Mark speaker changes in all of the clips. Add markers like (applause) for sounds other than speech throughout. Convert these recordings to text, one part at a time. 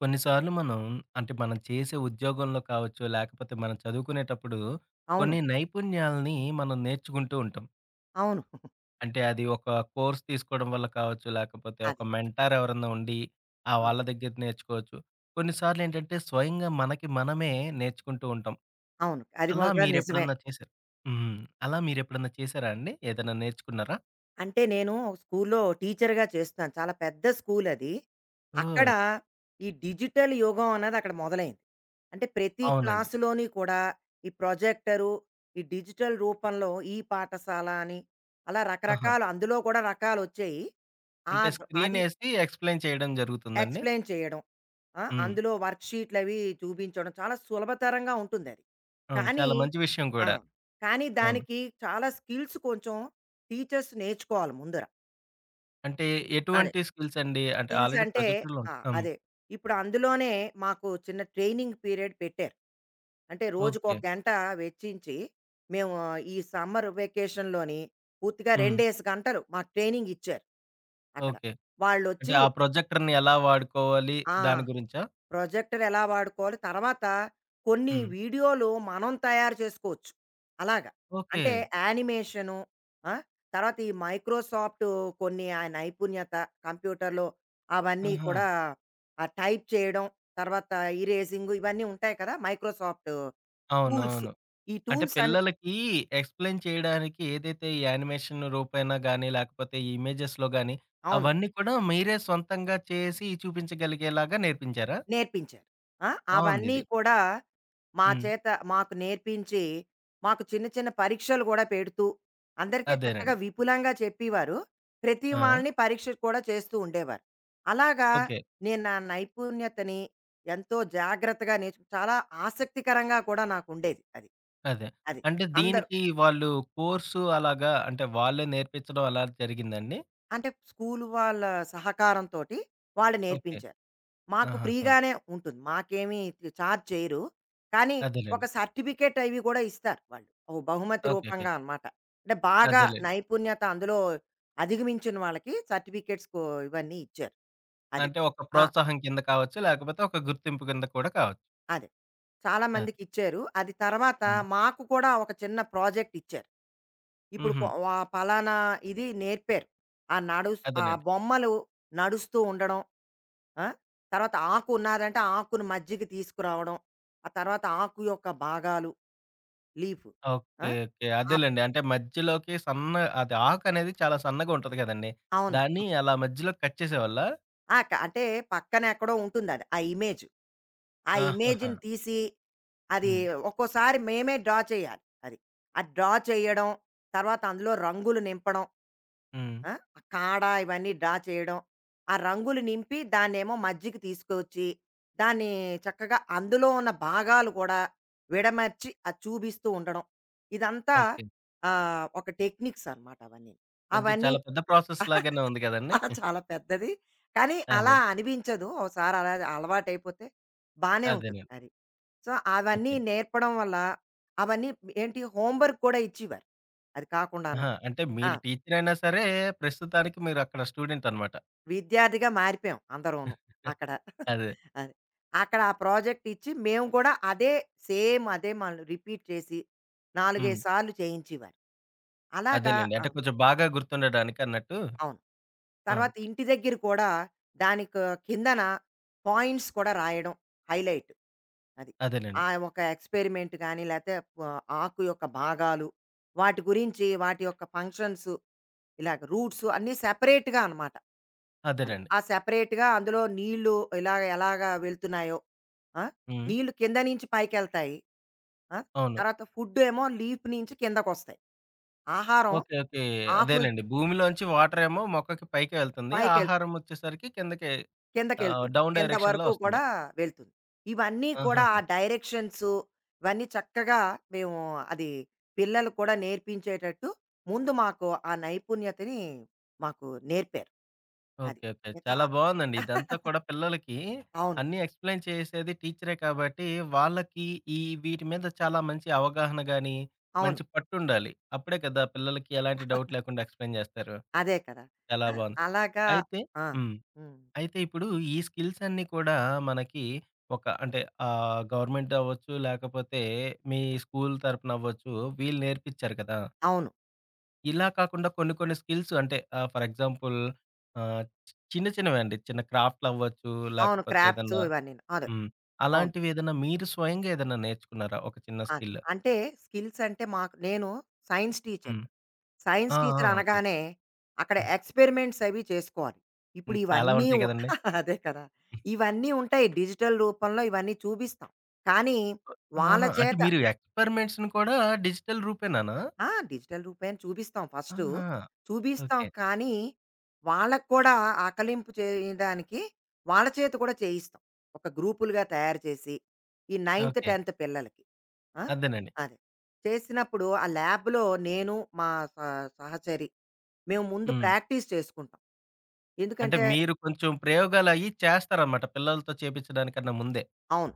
Speaker 1: కొన్నిసార్లు మనం అంటే మనం చేసే ఉద్యోగంలో కావచ్చు, లేకపోతే మనం చదువుకునేటప్పుడు
Speaker 2: అవును.
Speaker 1: కొన్ని నైపుణ్యాలని మనం నేర్చుకుంటూ ఉంటాం.
Speaker 2: అవును. (laughs)
Speaker 1: అంటే అది ఒక కోర్స్ తీసుకోవడం వల్ల కావచ్చు, లేకపోతే ఒక
Speaker 2: అది.
Speaker 1: మెంటార్ ఎవరన్నా ఉండి ఆ
Speaker 2: ఆ!
Speaker 1: వాళ్ళ దగ్గర నేర్చుకోవచ్చు. కొన్నిసార్లు ఏంటంటే స్వయంగా మనకి మనమే నేర్చుకుంటూ ఉంటాం.
Speaker 2: అవును. అది మ
Speaker 1: అలా
Speaker 2: కూడా నిజమే.
Speaker 1: మీరెప్పుడన్నా చేశారు. హ్మ్. అలా మీరెప్పుడన్నా చేశారా అండి? ఏదైనా నేర్చుకున్నారా?
Speaker 2: అంటే నేను స్కూల్లో టీచర్‌గా చేస్తున్నాను. చాలా పెద్ద స్కూలది. అక్కడ
Speaker 1: ఓహ్!
Speaker 2: ఈ డిజిటల్ యుగం అన్నది అక్కడ మొదలైంది. అంటే ప్రతి
Speaker 1: అవునండి.
Speaker 2: క్లాసులోని కూడా ఈ ప్రొజెక్టరు, ఈ డిజిటల్ రూపంలో ఈ పాఠశాల అని అలా
Speaker 1: ఆహా!
Speaker 2: రకరకాల అందులో కూడా రకాలొచ్చాయి.
Speaker 1: అంటే
Speaker 2: అది
Speaker 1: స్క్రీనేసి ఎక్స్‌ప్లెయిన్ చేయడం జరుగుతుందండి?
Speaker 2: ఎక్స్‌ప్లెయిన్ చేయడం. ఆ!
Speaker 1: హ్మ్.
Speaker 2: అందులో వర్క్‌షీట్‌లవి చూపించడం చాలా సులభతరంగా ఉంటుందది.
Speaker 1: అవును.
Speaker 2: కానీ
Speaker 1: చాలా మంచి విషయం
Speaker 2: ఆ!
Speaker 1: కూడా.
Speaker 2: కానీ
Speaker 1: అవును.
Speaker 2: దానికి చాలా స్కిల్స్ కొంచెం టీచర్స్ నేర్చుకోవాలి ముందర.
Speaker 1: అంటే
Speaker 2: అదే.
Speaker 1: ఎటువంటి స్కిల్స్ అండి? అంటే
Speaker 2: స్కిల్స్
Speaker 1: ఆల్రెడీ
Speaker 2: అంటే
Speaker 1: ప్రొజెక్టర్‌లు
Speaker 2: ఆ!
Speaker 1: ఉంటాయి. హ్మ్.
Speaker 2: అదే. ఇప్పుడు అందులోనే మాకు చిన్న ట్రైనింగ్ పీరియడ్ పెట్టారు. అంటే
Speaker 1: ఓకే.
Speaker 2: రోజుకొక గంట వెచ్చించి మేము ఈ సమ్మర్ వెకేషన్‌లోని పూర్తిగా
Speaker 1: హ్మ్.
Speaker 2: 2 గంటలు మాకు ట్రైనింగ్ ఇచ్చారు అక్కడ.
Speaker 1: ఓకే. అంటే
Speaker 2: వాళ్ళొచ్చి
Speaker 1: ఆ ప్రొజెక్టర్‌ని ఎలా వాడుకోవాలి
Speaker 2: ఆ!
Speaker 1: దాని గురించా?
Speaker 2: ప్రొజెక్టర్ ఎలా వాడుకోవాలి? తర్వాత కొన్ని
Speaker 1: హ్మ్.
Speaker 2: వీడియోలు మనం తయారు చేసుకోవచ్చు. అలాగా.
Speaker 1: ఓకే.
Speaker 2: అంటే యానిమేషను. ఆ! తర్వాత ఈ మైక్రోసాఫ్ట్ కొన్ని ఆ నైపుణ్యత కంప్యూటర్‌లో అవన్నీ
Speaker 1: ఆహా!
Speaker 2: కూడా ఆ టైప్ చేయడం, తర్వాత ఇరేజింగ్ ఇవన్నీ ఉంటాయి కదా! Microsoft tools.
Speaker 1: అవునవును.
Speaker 2: ఈ
Speaker 1: అంటే
Speaker 2: టూల్స్ అన్ని
Speaker 1: పిల్లలకి ఎక్స్‌ప్లెయిన్ చేయడానికి ఏదైతే ఈ యానిమేషన్ రూపైనా గాని, లేకపోతే ఈ ఇమేజెస్‌లో గాని
Speaker 2: అవును.
Speaker 1: అవన్నీ కూడా మీరే సొంతంగా చేసి చూపించగలిగేలాగా నేర్పించారా?
Speaker 2: నేర్పించారు. ఆ! అవన్నీ
Speaker 1: బావుందిది.
Speaker 2: కూడా మా
Speaker 1: హ్మ్.
Speaker 2: చేత మాకు నేర్పించి, మాకు చిన్న చిన్న పరీక్షలు గూడా పెడుతూ, అందరికీ చక్కగా
Speaker 1: అదేనండి.
Speaker 2: విపులంగా చెప్పేవారు. ప్రతి
Speaker 1: ఆ!
Speaker 2: వాళ్ళని పరీక్ష కూడా చేస్తూ ఉండేవారు. అలాగా
Speaker 1: ఓకే.
Speaker 2: నేను నా నైపుణ్యతని ఎంతో జాగ్రత్తగా నేర్చుకు చాలా ఆసక్తికరంగా కూడా నాకుండేది అది.
Speaker 1: అదే.
Speaker 2: అది.
Speaker 1: అంటే
Speaker 2: అంద
Speaker 1: దీనికి వాళ్ళు కోర్సు అలాగా అంటే వాళ్ళే నేర్పించడం అలా జరిగిందండి?
Speaker 2: అంటే స్కూలు వాళ్ళ సహకారంతోటి వాళ్ళు
Speaker 1: ఓకే.
Speaker 2: నేర్పించారు. మాకు
Speaker 1: ఆహాహా!
Speaker 2: ఫ్రీగానే ఉంటుంది. మాకేమీ చార్జ్ చేయరు. కానీ ఒక
Speaker 1: అదేలెండి.
Speaker 2: సర్టిఫికేట్ అవి కూడా ఇస్తారు వాళ్ళు. ఓ బహుమతి
Speaker 1: ఓకే. ఓకే.
Speaker 2: రూపంగా అనమాట. అంటే బాగా
Speaker 1: అదేలెండి.
Speaker 2: నైపుణ్యత అందులో అధిగమించిన వాళ్ళకి సర్టిఫికేట్స్ కో ఇవన్నీ ఇచ్చారు. అది.
Speaker 1: అంటే ఒక
Speaker 2: ఆ!
Speaker 1: ప్రోత్సాహం కింద కావచ్చు, లేకపోతే ఒక గుర్తింపు కింద కూడా కావచ్చు.
Speaker 2: అదే. చాలా
Speaker 1: అది.
Speaker 2: మందికిచ్చారు. అది తర్వాత
Speaker 1: హ్మ్.
Speaker 2: మాకు కూడా ఒక చిన్న ప్రాజెక్ట్ ఇచ్చారు. ఇప్పుడు
Speaker 1: హుహు.
Speaker 2: ఆహ్, పలానా ఇది నేర్పారు. ఆ ఆ
Speaker 1: అదేనండి.
Speaker 2: బొమ్మలు నడుస్తూ ఉండడం. ఆ? తర్వాత ఆకు ఉన్నదంటే ఆకును మజ్జిగ తీసుకురావడం. ఆ తర్వాత ఆకు యొక్క భాగాలు లీఫ్. ఆ!
Speaker 1: ఓకే. ఓకే.
Speaker 2: అబ్
Speaker 1: అదేలెండి. అంటే మధ్యలోకి సన్న, అది ఆకనేది చాలా సన్నగా ఉంటది కదండీ!
Speaker 2: అవును.
Speaker 1: దాన్ని అలా మధ్యలో కట్ చేసేవాళ్ళా?
Speaker 2: ఆ! అంటే పక్కన ఎక్కడో ఉంటుందది. ఆ ఇమేజ్. ఆ
Speaker 1: ఆహాహా!
Speaker 2: ఇమేజ్‌ని తీసి అది
Speaker 1: హ్మ్.
Speaker 2: ఒక్కోసారి మేమే డ్రా చేయాలి అది. ఆ డ్రా చేయడం, తర్వాత అందులో రంగులు నింపడం.
Speaker 1: హ్మ్.
Speaker 2: ఆ! ఆ కాడ ఇవన్నీ డ్రా చేయడం. ఆ రంగులు నింపి దాన్నేమో మధ్యకి తీసుకొచ్చి, దాన్ని చక్కగా అందులో ఉన్న భాగాలు కూడా విడమర్చి అది చూపిస్తూ ఉండడం. ఇదంతా
Speaker 1: ఓకే.
Speaker 2: ఆహ్, ఒక టెక్నిక్స్ అనమాట అవన్నీ.
Speaker 1: కొంచెం
Speaker 2: అవన్నీ
Speaker 1: చాలా పెద్ద ప్రాసెస్ లాగానే
Speaker 2: (laughs)
Speaker 1: ఉంది కదండీ!
Speaker 2: ఆ!
Speaker 1: (laughs)
Speaker 2: చాలా పెద్దది. కానీ అలా
Speaker 1: అదే.
Speaker 2: అనిపించదు. ఒకసారి అలా అలవాటైపోతే బానే ఉంటుంది
Speaker 1: అదేనండి.
Speaker 2: అది. సో, అవన్నీ
Speaker 1: ఓకే.
Speaker 2: నేర్పడం వల్ల అవన్నీ ఏంటి హోంవర్క్ కూడా ఇచ్చేవారు. అది కాకుండాను.
Speaker 1: ఆహా! అంటే
Speaker 2: ఆ!
Speaker 1: మీరు టీచర్ అయినా సరే, ప్రస్తుతానికి మీరు అక్కడ స్టూడెంట్ అనమాట.
Speaker 2: విద్యార్థిగా మారిపోయాం అందరూను అక్కడ.
Speaker 1: అదే.
Speaker 2: అది. అక్కడ ఆ ప్రాజెక్ట్ ఇచ్చి మేము కూడా అదే సేమ్ అదే మనం రిపీట్ చేసి 4,
Speaker 1: హ్మ్.
Speaker 2: 5 సార్లు చేయించేవారు. అలాగా
Speaker 1: అదేలెండి.
Speaker 2: ఆ!
Speaker 1: అంటే కొంచెం బాగా గుర్తుండడానికి అన్నట్టు.
Speaker 2: అవును.
Speaker 1: ఆ!
Speaker 2: తర్వాత ఇంటి దగ్గర కూడా దానికి కిందన పాయింట్స్ కూడా రాయడం హైలైట్. అది.
Speaker 1: అదేనండి.
Speaker 2: ఆ ఒక ఎక్స్‌పెరిమెంట్ గాని లేతే వ ఆకు యొక్క భాగాలు, వాటి గురించి వాటి యొక్క ఫంక్షన్స్ ఇలాగ రూట్స్ అన్నీ సెపరేట్‌గా అనమాట. అది.
Speaker 1: అదేనండి.
Speaker 2: ఆ సెపరేట్‌గా అందులో నీళ్ళు ఇలాగ ఎలాగ వెళ్తున్నాయో. ఆ!
Speaker 1: హ్మ్.
Speaker 2: నీళ్ళు కింద నుంచి పైకెళ్తాయి. ఆ!
Speaker 1: అవును.
Speaker 2: తర్వాత ఫుడ్ ఏమో లీఫ్ నుంచి కిందకొస్తాయి. ఆహారం
Speaker 1: ఓకే. ఓకే.
Speaker 2: ఆకులు
Speaker 1: అదేనండి. భూమిలోంచి వాటర్ ఏమో మొక్కకి పైకి వెళ్తుంది.
Speaker 2: పైకెళ్
Speaker 1: ఆహారం వచ్చేసరికి కిందకి,
Speaker 2: కిందకెళ్తుంది.
Speaker 1: డౌన్
Speaker 2: కింద
Speaker 1: డైరెక్షన్‌లో
Speaker 2: వరకు
Speaker 1: వస్తుంది.
Speaker 2: కూడా వెళ్తుంది. ఇవన్నీ
Speaker 1: ఆహా!
Speaker 2: కూడా ఆ డైరెక్షన్స్ ఇవన్నీ చక్కగా మేము అది పిల్లలకు కూడా నేర్పించేటట్టు ముందు మాకు ఆ నైపుణ్యతని మాకు నేర్పారు. అది.
Speaker 1: ఓకే. ఓకే.
Speaker 2: చా
Speaker 1: చాలా బావుందండి. ఇదంతా
Speaker 2: (laughs)
Speaker 1: కూడా పిల్లలకి
Speaker 2: అవును.
Speaker 1: అన్నీ ఎక్స్‌ప్లెయిన్ చేసేది టీచరే కాబట్టి, వాళ్ళకి ఈ వీటి మీద చాలా మంచి అవగాహన గాని,
Speaker 2: అవును.
Speaker 1: మంచి పట్టుండాలి. అప్పుడే కదా పిల్లలకి ఎలాంటి డౌట్ లేకుండా ఎక్స్‌ప్లెయిన్ చేస్తారు.
Speaker 2: అదే కదా!
Speaker 1: చాలా
Speaker 2: ఆ!
Speaker 1: బావుంది.
Speaker 2: అలాగా
Speaker 1: అయితే
Speaker 2: ఆ!
Speaker 1: హ్మ్.
Speaker 2: హ్మ్.
Speaker 1: అయితే ఇప్పుడు ఈ స్కిల్స్ అన్నీ కూడా మనకి ఒక అంటే గవర్నమెంట్ అవ్వచ్చు, లేకపోతే మీ స్కూల్ తరపున అవ్వచ్చు, వీళ్ళు నేర్పించారు కదా!
Speaker 2: అవును.
Speaker 1: ఇలా కాకుండా కొన్ని కొన్ని స్కిల్స్ అంటే ఫర్ ఎగ్జాంపుల్, ఆహ్, చి చిన్న చిన్నవే అండి. చిన్న క్రాఫ్ట్‌లవ్వచ్చు,
Speaker 2: అవును.
Speaker 1: లేకపోతే
Speaker 2: క్రాఫ్ట్స్
Speaker 1: ఏదన్నా.
Speaker 2: ఇవన్నీను. అదే.
Speaker 1: హ్మ్.
Speaker 2: అవును.
Speaker 1: అలాంటివి ఏదన్నా మీరు స్వయంగా ఏదన్నా నేర్చుకున్నారా? ఒక చిన్న
Speaker 2: అదే.
Speaker 1: స్కిల్.
Speaker 2: అంటే స్కిల్స్ అంటే మాకు నేను సైన్స్
Speaker 1: హ్మ్.
Speaker 2: టీచర్‌ని.
Speaker 1: ఆ!
Speaker 2: సైన్స్
Speaker 1: ఆ!
Speaker 2: Teacher
Speaker 1: okay.
Speaker 2: అనగానే అక్కడ
Speaker 1: హ్మ్.
Speaker 2: ఎక్స్పెరిమెంట్స్ అవి చేసుకోవాలి. ఇప్పుడు
Speaker 1: హ్మ్. చాలా
Speaker 2: ఇవన్నీ
Speaker 1: ఉంటాయి
Speaker 2: ఉ
Speaker 1: గదండీ.
Speaker 2: (laughs) అదే కదా! ఇవన్నీ ఉంటాయి. డిజిటల్ రూపంలో ఇవన్నీ చూపిస్తాం. కానీ వాళ్ళ
Speaker 1: ఆహా! అంటే
Speaker 2: చేత
Speaker 1: మీరు ఎక్స్‌పెరిమెంట్స్‌ని కూడా డిజిటల్ రూపేనానా?
Speaker 2: ఆ! డిజిటల్ రూపేణ చూపిస్తాం ఫస్టు.
Speaker 1: ఆహా!
Speaker 2: చూపిస్తాం
Speaker 1: ఓకే.
Speaker 2: కానీ, వాళ్ళకి కూడా ఆకలింపు చేయడానికి వాళ్ళ చేత కూడా చేయిస్తాం. ఒక గ్రూపులుగా తయారు చేసి, ఈ నైన్త్,
Speaker 1: ఓకే.
Speaker 2: 10థ్ పిల్లలకి. ఆ!
Speaker 1: అదేనండి.
Speaker 2: అదే. చేసినప్పుడు ఆ ల్యాబ్‌లో నేను మా స సహచరి మేము ముందు
Speaker 1: హ్మ్.
Speaker 2: ప్రాక్టీస్ చేసుకుంటాం.
Speaker 1: అంటే
Speaker 2: ఎందుకంటే
Speaker 1: మీరు కొంచెం ప్రయోగాలయ్యి చేస్తారనమాట పిల్లలతో చేపించడానికన్నా ముందే.
Speaker 2: అవును.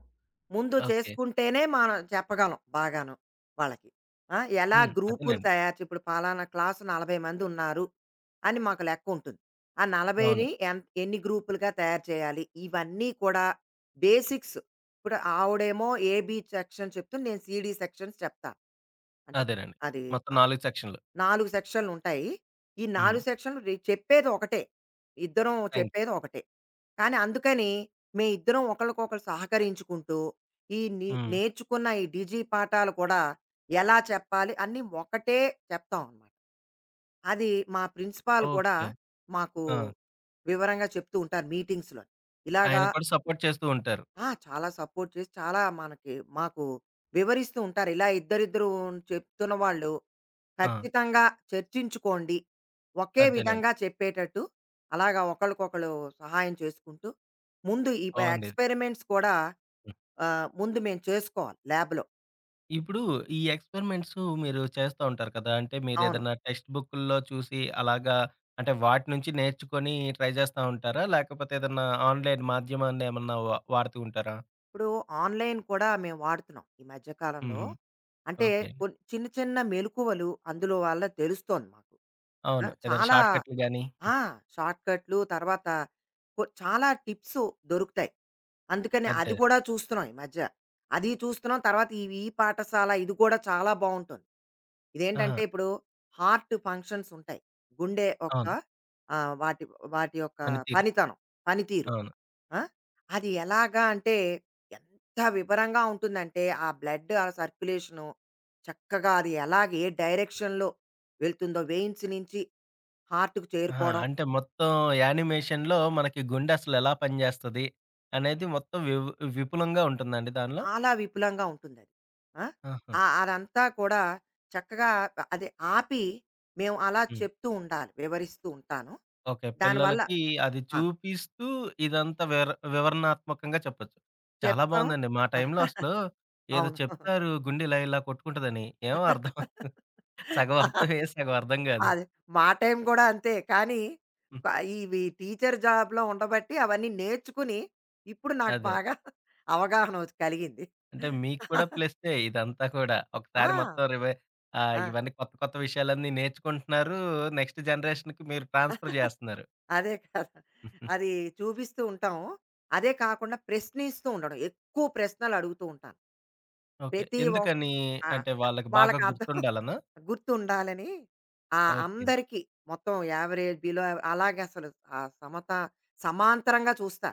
Speaker 2: ముందు
Speaker 1: ఓకే.
Speaker 2: చేసుకుంటేనే మనం చెప్పగలం బాగాను వాళ్ళకి. ఆ! ఎలా
Speaker 1: హ్మ్.
Speaker 2: గ్రూపులు
Speaker 1: అదేనండి.
Speaker 2: తయారు ఇప్పుడు పలానా క్లాస్ 40 మందున్నారు అని మాకు లెక్కుంటుంది. ఆ
Speaker 1: అవును.
Speaker 2: 40ని ఎన్ని గ్రూపులుగా తయారు చేయాలి? ఇవన్నీ కూడా బేసిక్స్. ఇప్పుడు ఆవిడేమో ఏబీ సెక్షన్ చెప్తుంది. నేను సీడీ సెక్షన్స్ చెప్తాను. అంటే
Speaker 1: అదేనండి.
Speaker 2: అది
Speaker 1: మొత్తం 4 సెక్షన్‌లు.
Speaker 2: 4 సెక్షన్‌లుంటాయి. ఈ
Speaker 1: హ్మ్.
Speaker 2: 4 సెక్షన్‌లు చెప్పేది ఒకటే. ఇద్దరం
Speaker 1: సైన్స్.
Speaker 2: చెప్పేది ఒకటే. కానీ అందుకని మేమిద్దరం ఒకళ్ళకొకళ్ళు సహకరించుకుంటూ, ఈ
Speaker 1: హ్మ్.
Speaker 2: నేర్చుకున్న ఈ పాఠాలు కూడా ఎలా చెప్పాలి అన్నీ ఒకటే చెప్తాం అనమాట. అది మా ప్రిన్సిపాల్ కూడా
Speaker 1: ఓకే.
Speaker 2: మాకు
Speaker 1: ఆ!
Speaker 2: వివరంగా చెప్తూ ఉంటారు మీటింగ్స్‌లో.
Speaker 1: ఆయన
Speaker 2: ఇలాగా
Speaker 1: కూడా సపోర్ట్ చేస్తూ ఉంటారు.
Speaker 2: ఆ! చాలా సపోర్ట్ చేసి చాలా మనకి మాకు వివరిస్తూ ఉంటారు. ఇలా ఇద్దరిద్దరు చెప్తున్న వాళ్ళు
Speaker 1: ఆ!
Speaker 2: ఖచ్చితంగా చర్చించుకోండి. ఒకే
Speaker 1: అదేనండి.
Speaker 2: విధంగా చెప్పేటట్టు అలాగా ఒకళ్ళకొకళ్ళు సహాయం చేసుకుంటూ, ముందు ఈ
Speaker 1: బావుందిది.
Speaker 2: ఎక్స్‌పెరిమెంట్స్ కూడా
Speaker 1: హ్మ్.
Speaker 2: ఆహ్, ముందు మేము చేసుకోవాలి ల్యాబ్‌లో.
Speaker 1: ఇప్పుడు ఈ ఎక్స్‌పెరిమెంట్స్ మీరు చేస్తా ఉంటారు కదా! అంటే
Speaker 2: అవును.
Speaker 1: మీరేదైనా టెక్స్ట్ బుక్కుల్లో చూసి అలాగా అంటే వాటి నుంచి నేర్చుకొని ట్రై చేస్తా ఉంటారా? లేకపోతే ఏదన్నా ఆన్‌లైన్ మాధ్యమాన్ని ఏమన్నా వాడుతూ ఉంటారా?
Speaker 2: ఇప్పుడు ఆన్‌లైన్ కూడా మేము వాడుతున్నాం ఈ మధ్య కాలంలో.
Speaker 1: హుహు.
Speaker 2: అంటే
Speaker 1: ఓకే అండి.
Speaker 2: కొన్ని చిన్న చిన్న మెలుకువలు అందులో వల్ల తెలుస్తోంది మాకు. ఆ!
Speaker 1: అవును. ఏదైనా
Speaker 2: చాలా
Speaker 1: షార్ట్‌కట్లు గాని.
Speaker 2: ఆ! షార్ట్‌కట్లు తర్వాత చాలా టిప్సు దొరుకుతాయి. అందుకని అది
Speaker 1: అదే.
Speaker 2: కూడా చూస్తున్నాం ఈ మధ్య. అది చూస్తున్నాం. తర్వాత ఇవి ఈ పాఠశాల ఇది కూడా చాలా బావుంటుంది.
Speaker 1: ఆహా!
Speaker 2: ఇదేంటంటే ఇప్పుడు హార్ట్ ఫంక్షన్స్ ఉంటాయి. గుండె యొక్క
Speaker 1: అవును.
Speaker 2: ఆహ్, వాటి వాటి యొక్క
Speaker 1: పనితీరు.
Speaker 2: పనితనం, పనితీరు.
Speaker 1: అవును.
Speaker 2: ఆ! అది ఎలాగా అంటే ఎంత వివరంగా ఉంటుందంటే ఆ బ్లడ్ ఆ సర్క్యులేషను చక్కగా అది ఎలాగ ఏ డైరెక్షన్‌లో వెళ్తుందో వెయిన్స్ నుంచి హార్ట్‌కి
Speaker 1: ఆహా!
Speaker 2: చేరుకోవడం.
Speaker 1: అంటే మొత్తం యానిమేషన్‌లో మనకి గుండె అసలు ఎలా పనిచేస్తది అనేది మొత్తం విపులంగా ఉంటుందండి దానిలో?
Speaker 2: చాలా విపులంగా ఉంటుందది. ఆ!
Speaker 1: ఆహా!
Speaker 2: ఆ అదంతా కూడా చక్కగా అది ఆపి మేము అలా
Speaker 1: హ్మ్.
Speaker 2: చెప్తూ ఉండాలి. వివరిస్తూ ఉంటాను.
Speaker 1: ఓకే.
Speaker 2: దానివల్ల
Speaker 1: పిల్లలకి అది
Speaker 2: ఆ!
Speaker 1: చూపిస్తూ ఇదంతా వివరణాత్మకంగా చెప్పొచ్చు. చాలా
Speaker 2: చెప్తాం.
Speaker 1: బావుందండి. మా
Speaker 2: ఆ!
Speaker 1: టైంలో అసలు ఏదో
Speaker 2: అవును.
Speaker 1: చెప్తారు గుండె ఇలా ఇలా కొట్టుకుంటదని. ఏమో అర్థం, సగం అర్థమయ్యేది, సగం అర్థం కాదు.
Speaker 2: అది మా టైం గూడా అంతే. కానీ
Speaker 1: హ్మ్.
Speaker 2: ప ఇవి టీచర్ జాబ్‌లో ఉండబట్టి అవన్నీ నేర్చుకుని ఇప్పుడు నాకు
Speaker 1: అదే.
Speaker 2: బాగా అవగాహన కలిగింది.
Speaker 1: అంటే మీకు కూడా ప్లస్సే ఇదంతా కూడా. ఒకసారి మొత్తం
Speaker 2: ఆ!
Speaker 1: రివై,
Speaker 2: ఆ!
Speaker 1: ఇవన్నీ కొత్త కొత్త విషయాలన్నీ నేర్చుకుంటున్నారు. నెక్స్ట్ జనరేషన్‌కి మీరు ట్రాన్స్‌ఫర్ జేస్తున్నారు.
Speaker 2: అదే కదా! అది
Speaker 1: (laughs)
Speaker 2: చూపిస్తూ ఉంటాం. అదే కాకుండా ప్రశ్నిస్తూ ఉండడం. ఎక్కువ ప్రశ్నలు అడుగుతూ ఉంటాను.
Speaker 1: ఓకే.
Speaker 2: ప్రతి ఒక్
Speaker 1: ఎందుకని?
Speaker 2: ఆ!
Speaker 1: అంటే వాళ్ళకి బాగా
Speaker 2: వాళ్ళకి అర్థం
Speaker 1: గుర్తుండాలనా?
Speaker 2: గుర్తుండాలని ఆహ్,
Speaker 1: ఓకే.
Speaker 2: అందరికీ మొత్తం యావరేజ్, బిలో యావ అలాగే అసలు ఆ సమాంతరంగా చూస్తా.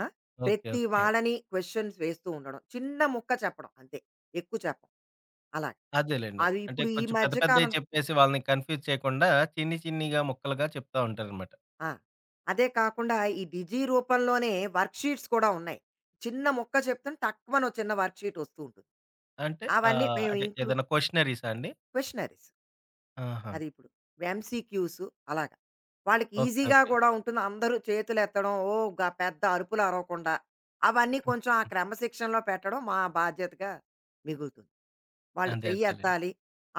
Speaker 2: ఆ!
Speaker 1: ఓకే.
Speaker 2: ప్రతి
Speaker 1: ఓకే.
Speaker 2: వాళ్ళని క్వెషన్స్ వేస్తూ ఉండడం. చిన్న ముక్క చెప్పడం అంతే. ఎక్కువ చెప్పను. అలాగ.
Speaker 1: అదేలెండి.
Speaker 2: అది
Speaker 1: అంటే
Speaker 2: ఇప్పుడు ఈ
Speaker 1: కొంచెం పెద్ద
Speaker 2: మధ్య
Speaker 1: పెద్దయి
Speaker 2: కాలం
Speaker 1: చెప్పేసి వాళ్ళని కన్‌ఫ్యూజ్ చేయకుండా చిన్ని చిన్నిగా ముక్కలుగా చెప్తా ఉంటారనమాట.
Speaker 2: ఆ! అదే కాకుండా ఈ డిజీ రూపంలోనే వర్క్‌షీట్స్ కూడా ఉన్నాయి. చిన్న ముక్క చెప్తుంటే టక్కుమని ఓ చిన్న వర్క్‌షీట్ వస్తూ ఉంటుంది.
Speaker 1: అంటే
Speaker 2: అవన్నీ మేము
Speaker 1: అంటే
Speaker 2: ఇంక్లూడ్
Speaker 1: ఏదైనా క్వెషనరీసా అండి?
Speaker 2: క్వెషనరీస్
Speaker 1: ఆహా!
Speaker 2: అది ఇప్పుడు. ఎంసీక్యూస్ అలాగా. వాళ్ళకి
Speaker 1: ఓకే.
Speaker 2: ఈజీగా
Speaker 1: ఓకే.
Speaker 2: కూడా ఉంటుంది. అందరూ చేతులెత్తడం, ఓ పెద్ద అరుపులు అరవకుండా అవన్నీ
Speaker 1: హ్మ్.
Speaker 2: కొంచెం ఆ క్రమశిక్షణలో పెట్టడం మా బాధ్యతగా మిగులుతుంది. వాళ్ళు
Speaker 1: అదే
Speaker 2: చెయ్యి
Speaker 1: అదేలెండి.
Speaker 2: ఎత్తాలి.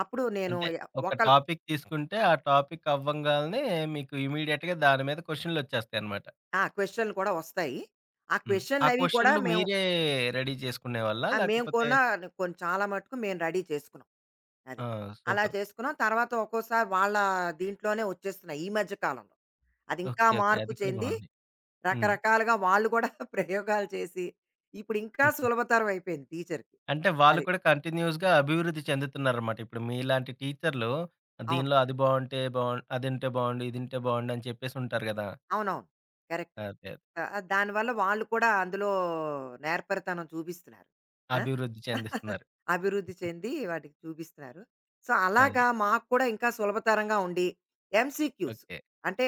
Speaker 2: అప్పుడు నేను
Speaker 1: అంటే ఒక
Speaker 2: ఒకళ్
Speaker 1: టాపిక్ తీసుకుంటే, ఆ టాపిక్ అవ్వంగాల్నే మీకు ఇమ్మీడియేట్‌గా దాని మీద క్వెషన్‌లొచ్చేస్తాయనమాట.
Speaker 2: ఆ! క్వెషన్‌లు కూడా వస్తాయి. ఆ
Speaker 1: హ్మ్. ఆ
Speaker 2: క్వెషన్‌లవి కూడా
Speaker 1: క్వెషన్‌లు
Speaker 2: మేము
Speaker 1: మీరే రెడీ చేసుకునేవాళ్ళా?
Speaker 2: ఆ! మేము
Speaker 1: లేకపోతే?
Speaker 2: కూడా కొన్ని చాలా మటుకు మేము రెడీ చేసుకున్నాం. అది.
Speaker 1: ఆ!
Speaker 2: అలా
Speaker 1: సూపర్.
Speaker 2: చేసుకున్నాం. తర్వాత ఒక్కోసారి వాళ్ళ దీంట్లోనే వచ్చేస్తున్నాయి ఈ మధ్య కాలంలో. అది ఇంకా
Speaker 1: ఓకే. ఓకే.
Speaker 2: మార్పు
Speaker 1: అది కూడా
Speaker 2: చెంది
Speaker 1: బావుంది. హ్మ్.
Speaker 2: రకరకాలుగా వాళ్ళు కూడా (laughs) ప్రయోగాలు చేసి ఇప్పుడు ఇంకా సులభతరం అయిపోయింది టీచర్‌కి.
Speaker 1: అంటే వాళ్ళు
Speaker 2: అది.
Speaker 1: కూడా కంటిన్యూయస్‌గా అభివృద్ధి చెందుతున్నారనమాట. ఇప్పుడు మీలాంటి టీచర్లు
Speaker 2: అవును.
Speaker 1: దీనిలో అది బావుంటే అదింటే బావుండు, ఇదింటే బావుండు అని చెప్పేసి ఉంటారు గదా!
Speaker 2: అవునవును. కరెక్ట్.
Speaker 1: అదే. అదే.
Speaker 2: ఆహ్, దానివల్ల వాళ్ళు కూడా అందులో నేర్పరితనం చూపిస్తున్నారు. ఆ!
Speaker 1: అభివృద్ధి
Speaker 2: (laughs)
Speaker 1: చెందిస్తున్నారు.
Speaker 2: అభివృద్ధి చెంది వాటికి చూపిస్తున్నారు. సో,
Speaker 1: అదే.
Speaker 2: అలాగా మాకు కూడా ఇంకా సులభతరంగా ఉండి ఎంసీక్యూస్
Speaker 1: ఓకే.
Speaker 2: అంటే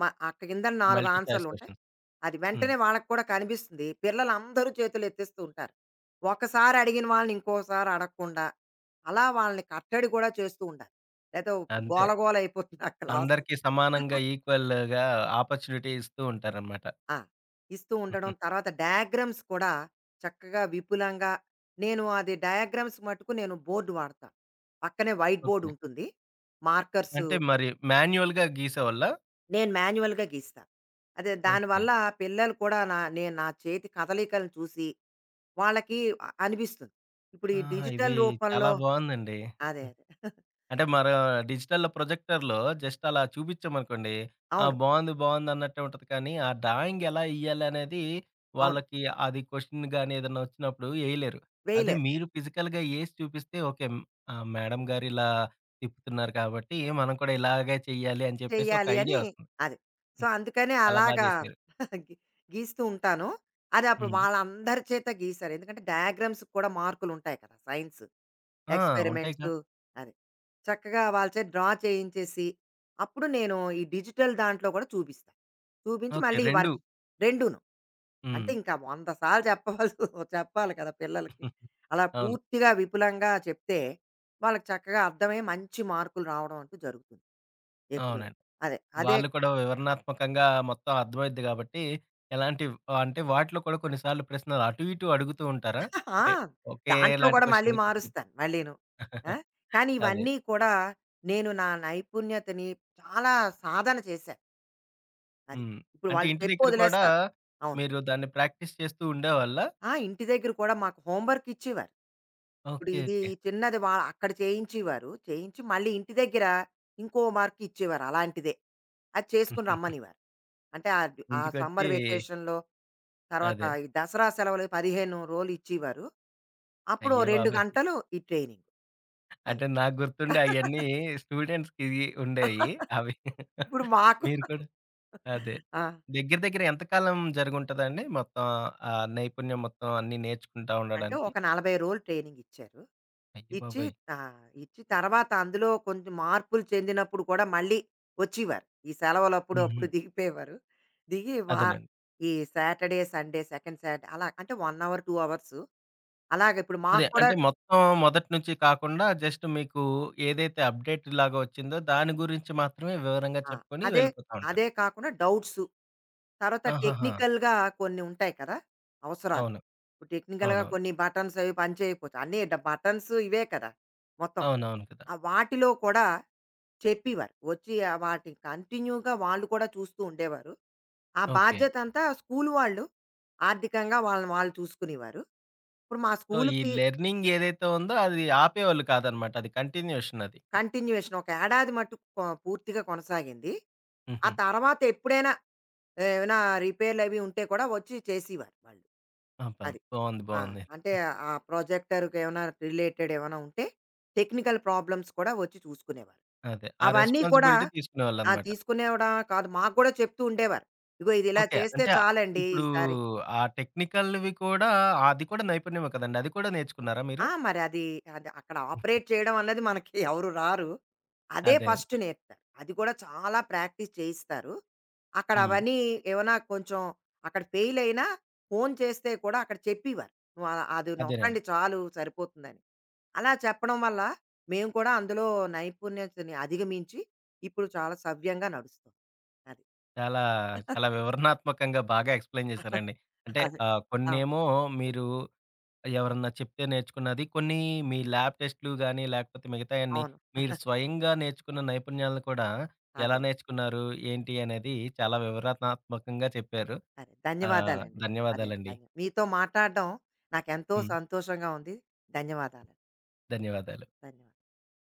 Speaker 2: మ అక్కడ కిందన 4
Speaker 1: మల్టీ చాయిస్
Speaker 2: ఆన్సర్‌లుంటాయి.
Speaker 1: క్వెషన్స్.
Speaker 2: అది
Speaker 1: హ్మ్.
Speaker 2: వెంటనే వాళ్ళకి కూడా కనిపిస్తుంది. పిల్లలందరూ చేతులెత్తేస్తూ ఉంటారు. ఒకసారి అడిగిన వాళ్ళని ఇంకోసారి అడగకుండా, అలా వాళ్ళని కట్టడి కూడా చేస్తూ ఉండాలి. లేతే
Speaker 1: అంతే.
Speaker 2: గోలగోల అయిపోతుంది ఆ క్లాసు.
Speaker 1: అందరికీ సమానంగా ఈక్వల్‌గా ఆపర్చునిటీ ఇస్తూ ఉంటారనమాట.
Speaker 2: ఆ! ఇస్తూ ఉండడం. తర్వాత డయాగ్రమ్స్ కూడా చక్కగా విపులంగా నేను అది డయాగ్రమ్స్ మట్టుకు నేను బోర్డ్ వాడతా. పక్కనే వైట్ బోర్డ్
Speaker 1: ఓకే.
Speaker 2: ఉంటుంది. మార్కర్స్
Speaker 1: అంటే
Speaker 2: కూడా
Speaker 1: మరి మాన్యుయల్‌గా గీసేవాళ్ళా?
Speaker 2: నేను మాన్యువల్‌గా గీస్తా. అదే
Speaker 1: ఓకే.
Speaker 2: దానివల్ల పిల్లలు కూడా నా చేతి కదలికలను చూసి వాళ్ళకి అనిపిస్తుంది. ఇప్పుడు ఈ
Speaker 1: ఆహా! ఇది
Speaker 2: డిజిటల్
Speaker 1: చాలా
Speaker 2: రూపంలో
Speaker 1: బావుందండి.
Speaker 2: అదే అదే. (laughs)
Speaker 1: అంటే మరా డిజిటల్ ప్రొజెక్టర్‌లో జస్ట్ అలా చూపిచ్చామనుకోండి, ఆ!
Speaker 2: అవును.
Speaker 1: బావుంది, బావుంది అన్నట్టే ఉంటది కానీ, ఆ డ్రాయింగ్ ఎలా ఎయ్యాలి అనేది
Speaker 2: అవును.
Speaker 1: వాళ్ళకి, అది క్వెషన్ గాని ఏదన్నా వచ్చినప్పుడు ఎయలేరు. అదే
Speaker 2: వేయలేరు.
Speaker 1: మీరు ఫిజికల్‌గా ఏసి చూపిస్తే ఓకే. హ్మ్. ఆ! మేడం గారు ఇలా తిప్పుతున్నారు కాబట్టి, మనం కూడా ఇలాగే చెయ్యాలి అని చెప్పేసి ఒక
Speaker 2: చెయ్యాలి
Speaker 1: ఐడియా
Speaker 2: అని
Speaker 1: వస్తుంది.
Speaker 2: అది. సో, అందుకని
Speaker 1: చాలా బా
Speaker 2: అలాగా
Speaker 1: జేశారు.
Speaker 2: (laughs) గి గీస్తూ ఉంటాను. అది అప్పుడు
Speaker 1: హ్మ్.
Speaker 2: వాళ్ళందరి చేత గీశారు. ఎందుకంటే డయాగ్రామ్స్ కూడా మార్కులుంటాయి కదా! సైన్స్
Speaker 1: ఆ! ఉంటాయిగా.
Speaker 2: ఎక్స్‌పెరిమెంట్సు అది. చక్కగా వాళ్ళ చేత డ్రా చేయించేసి, అప్పుడు నేను ఈ డిజిటల్ దాంట్లో కూడా చూపిస్తా. చూపించి
Speaker 1: ఓకే.
Speaker 2: మళ్ళీ ఈ
Speaker 1: 2.
Speaker 2: వర్క్ రెండూను.
Speaker 1: హ్మ్.
Speaker 2: అంటే ఇంకా 100 సార్లు చెప్పవలసి (laughs) చెప్పాలి కదా పిల్లలకి.
Speaker 1: (laughs)
Speaker 2: అలా
Speaker 1: అవును.
Speaker 2: పూర్తిగా విపులంగా చెప్తే, వాళ్ళకి చక్కగా అర్థమై మంచి మార్కులు రావడం అంటూ జరుగుతుంది ఎప్పుడూను.
Speaker 1: అవునండి.
Speaker 2: అదే. అదే
Speaker 1: వాళ్ళు కూడా వివరణాత్మకంగా మొత్తం అర్థమైద్ది గాబట్టి, ఎలాంటి, అంటే వాటిలో కూడా కొన్ని సార్లు ప్రశ్నలు అటు ఇటు అడుగుతూ ఉంటారా?
Speaker 2: ఆ!
Speaker 1: అంటే
Speaker 2: దాంట్లో
Speaker 1: ఒకేలాంటి
Speaker 2: గూడా మళ్ళీ
Speaker 1: క్వెషన్‌ని తిప్పి తిప్పి.
Speaker 2: మారుస్తాను మళ్ళీను. ఆ!
Speaker 1: (laughs)
Speaker 2: కానీ
Speaker 1: అదే.
Speaker 2: ఇవన్నీ కూడా నేను నా నైపుణ్యతని చాలా సాధన చేశాను. అది.
Speaker 1: హ్మ్.
Speaker 2: ఇప్పుడు
Speaker 1: అంటే
Speaker 2: వాళ్ళు
Speaker 1: ఇంటి దగ్గర కూడా
Speaker 2: చెప్పొదిలేస్తారు. అవును.
Speaker 1: మీరు దాన్ని ప్రాక్టీస్ చేస్తూ ఉండేవాళ్ళా?
Speaker 2: ఆ! ఇంటి దగ్గర కూడా మాకు హోమ్ వర్క్ ఇచ్చేవారు. ఇప్పుడు
Speaker 1: ఓకే.
Speaker 2: ఇది
Speaker 1: ఓకే.
Speaker 2: ఈ చిన్నది అక్కడ చేయించేవారు. చేయించి మళ్ళీ ఇంటి దగ్గర ఇంకో మార్క్ ఇచ్చేవారు అలాంటిదే. అది చేసుకుని
Speaker 1: (laughs)
Speaker 2: రమ్మనేవారు. అంటే ఆ
Speaker 1: ఇంటికొచ్చి.
Speaker 2: సమ్మర్ వెకేషన్‌లో తర్వాత
Speaker 1: అదే.
Speaker 2: ఈ దసరా సెలవులు 15 రోజులు ఇచ్చేవారు. అప్పుడు ఓ
Speaker 1: అయ్య
Speaker 2: 2
Speaker 1: బాబోయ్!
Speaker 2: గంటలు ఈ ట్రైనింగ్. అది.
Speaker 1: అంటే నాకు గుర్తుండి అయన్నీ
Speaker 2: (laughs)
Speaker 1: స్టూడెంట్స్‌కి ఉండేయి. అవి
Speaker 2: ఇప్పుడు మాకు
Speaker 1: మీరు కూడా. అదే.
Speaker 2: ఆ!
Speaker 1: దగ్గర దగ్గర ఎంత కాలం జరిగుంటదండి? మొత్తం ఆ నైపుణ్యం మొత్తం అన్నీ నేర్చుకుంటా
Speaker 2: అంటే
Speaker 1: ఉండడానికి?
Speaker 2: ఒక 40 రోజులు ట్రైనింగిచ్చారు.
Speaker 1: అయ్య
Speaker 2: ఇచ్చి
Speaker 1: బాబోయ్!
Speaker 2: ఆ! ఇచ్చి తర్వాత అందులో కొంచెం మార్పులు చెందినప్పుడు కూడా మళ్ళీ వచ్చేవారు. ఈ సెలవులప్పుడు అప్పుడు
Speaker 1: హుహు.
Speaker 2: అప్పుడు దిగిపోయేవారు. దిగి వా
Speaker 1: అదేనండి.
Speaker 2: ఈ సాటర్‌డే, సండే, సెకండ్ సాటర్‌డే అలా అంటే 1 అవర్, 2 అవర్సు. అలాగే ఇప్పుడు
Speaker 1: అదే.
Speaker 2: మాకు కూడా
Speaker 1: అంటే మొత్తం మొదటి నుంచి కాకుండా జస్ట్ మీకు ఏదైతే అప్‌డేట్ లాగా వచ్చిందో దాని గురించి మాత్రమే వివరంగా
Speaker 2: ఆ!
Speaker 1: చెప్పుకొని
Speaker 2: అదే
Speaker 1: వెళ్ళిపోతా ఉంటారు.
Speaker 2: అదే కాకుండా డౌట్సు. తర్వాత
Speaker 1: ఆహాహా!
Speaker 2: టెక్నికల్‌గా కొన్ని ఉంటాయి కదా! అవసరాలు.
Speaker 1: అవును.
Speaker 2: ఇప్పుడు టెక్నికల్‌గా
Speaker 1: అవునవును.
Speaker 2: కొన్ని బటన్స్ అవి పనిచేయకపోతే అన్నీ బటన్స్ ఇవే కదా! మొత్తం.
Speaker 1: అవునవును కదా!
Speaker 2: ఆ వాటిలో కూడా చెప్పేవారు. వచ్చి ఆహ్, వాటిని కంటిన్యూగా వాళ్ళు కూడా చూస్తూ ఉండేవారు. ఆ
Speaker 1: ఓకే.
Speaker 2: బాధ్యత అంతా స్కూలు వాళ్ళు ఆర్థికంగా వాళ్ళని వాళ్ళు చూసుకునేవారు. ఇప్పుడు మా
Speaker 1: సో, ఈ
Speaker 2: స్కూలుకి
Speaker 1: లెర్నింగ్ ఏదైతే ఉందో అది ఆపేవాళ్ళు కాదనమాట. అది కంటిన్యూషన్ అది.
Speaker 2: కంటిన్యూయేషన్ ఒక ఏడాది మట్టుకు పూర్తిగా కొనసాగింది. ఆ
Speaker 1: హుహు.
Speaker 2: తర్వాత ఎప్పుడైనా ఏమైనా రిపేర్‌లవి ఉంటే కూడా వచ్చి చేసేవారు వాళ్ళు.
Speaker 1: అబ్బా!
Speaker 2: అది.
Speaker 1: బావుంది.
Speaker 2: ఆ!
Speaker 1: బావుంది.
Speaker 2: అంటే ఆ ప్రొజెక్టర్‌కి ఏమైనా రిలేటెడ్ ఏమైనా ఉంటే టెక్నికల్ ప్రాబ్లమ్స్ కూడా వచ్చి చూసుకునేవారు.
Speaker 1: అదే. ఆ
Speaker 2: అవన్నీ కూడా
Speaker 1: రెస్పాన్సిబిలిటీ
Speaker 2: ఆ!
Speaker 1: తీసుకునేవాళ్ళనమాట.
Speaker 2: తీసుకునేవడా కాదు. మాకు గూడా చెప్తూ ఉండేవారు. ఇగో ఇది ఇలా
Speaker 1: ఓకే.
Speaker 2: చేస్తే
Speaker 1: అంటే
Speaker 2: చాలండి
Speaker 1: ఇప్పుడు
Speaker 2: ఈసారి.
Speaker 1: ఆ టెక్నికల్‌వి కూడా అది కూడా నైపుణ్యమే కదండీ! అది కూడా నేర్చుకున్నారా మీరు?
Speaker 2: ఆ! మరి అది, అది అక్కడ ఆపరేట్ చేయడం అన్నది మనకి (laughs) ఎవరు రారు. అదే
Speaker 1: అదే.
Speaker 2: ఫస్ట్ నేర్పుతారు. అది కూడా చాలా ప్రాక్టీస్ చేయిస్తారు. అక్కడ
Speaker 1: హ్మ్.
Speaker 2: అవన్నీ ఏమైనా కొంచెం అక్కడ ఫెయిల్ అయినా ఫోన్ చేస్తే కూడా అక్కడ చెప్పేవారు. నువ్వు అది
Speaker 1: అదేనండి.
Speaker 2: నొక్కండి చాలు సరిపోతుందని. అలా చెప్పడం వల్ల మేము కూడా అందులో నైపుణ్యతని అధిగమించి ఇప్పుడు చాలా సవ్యంగా నడుస్తుంది. అది.
Speaker 1: చాలా, చాలా వివరణాత్మకంగా బాగా ఎక్స్‌ప్లెయిన్ చేశారండి.
Speaker 2: (laughs)
Speaker 1: అంటే
Speaker 2: అదే. ఆ!
Speaker 1: కొన్నేమో మీరు ఎవరన్నా చెప్తే నేర్చుకున్నది. కొన్ని మీ ల్యాబ్ టెస్ట్‌లు గాని, లేకపోతే మిగతాయన్నీ
Speaker 2: అవును.
Speaker 1: మీరు స్వయంగా నేర్చుకున్న నైపుణ్యాలను కూడా ఎలా
Speaker 2: అదే.
Speaker 1: నేర్చుకున్నారు? ఏంటి? అనేది చాలా వివరణాత్మకంగా చెప్పారు.
Speaker 2: అదే. ధన్యవాదాలండి. అదే.
Speaker 1: ధన్యవాదాలండి.
Speaker 2: మీతో మాట్లాడడం నాకెంతో
Speaker 1: హ్మ్.
Speaker 2: సంతోషంగా ఉంది. ధన్యవాదాలు.
Speaker 1: ధన్యవాదాలు.
Speaker 2: ధన్యవాదాలు.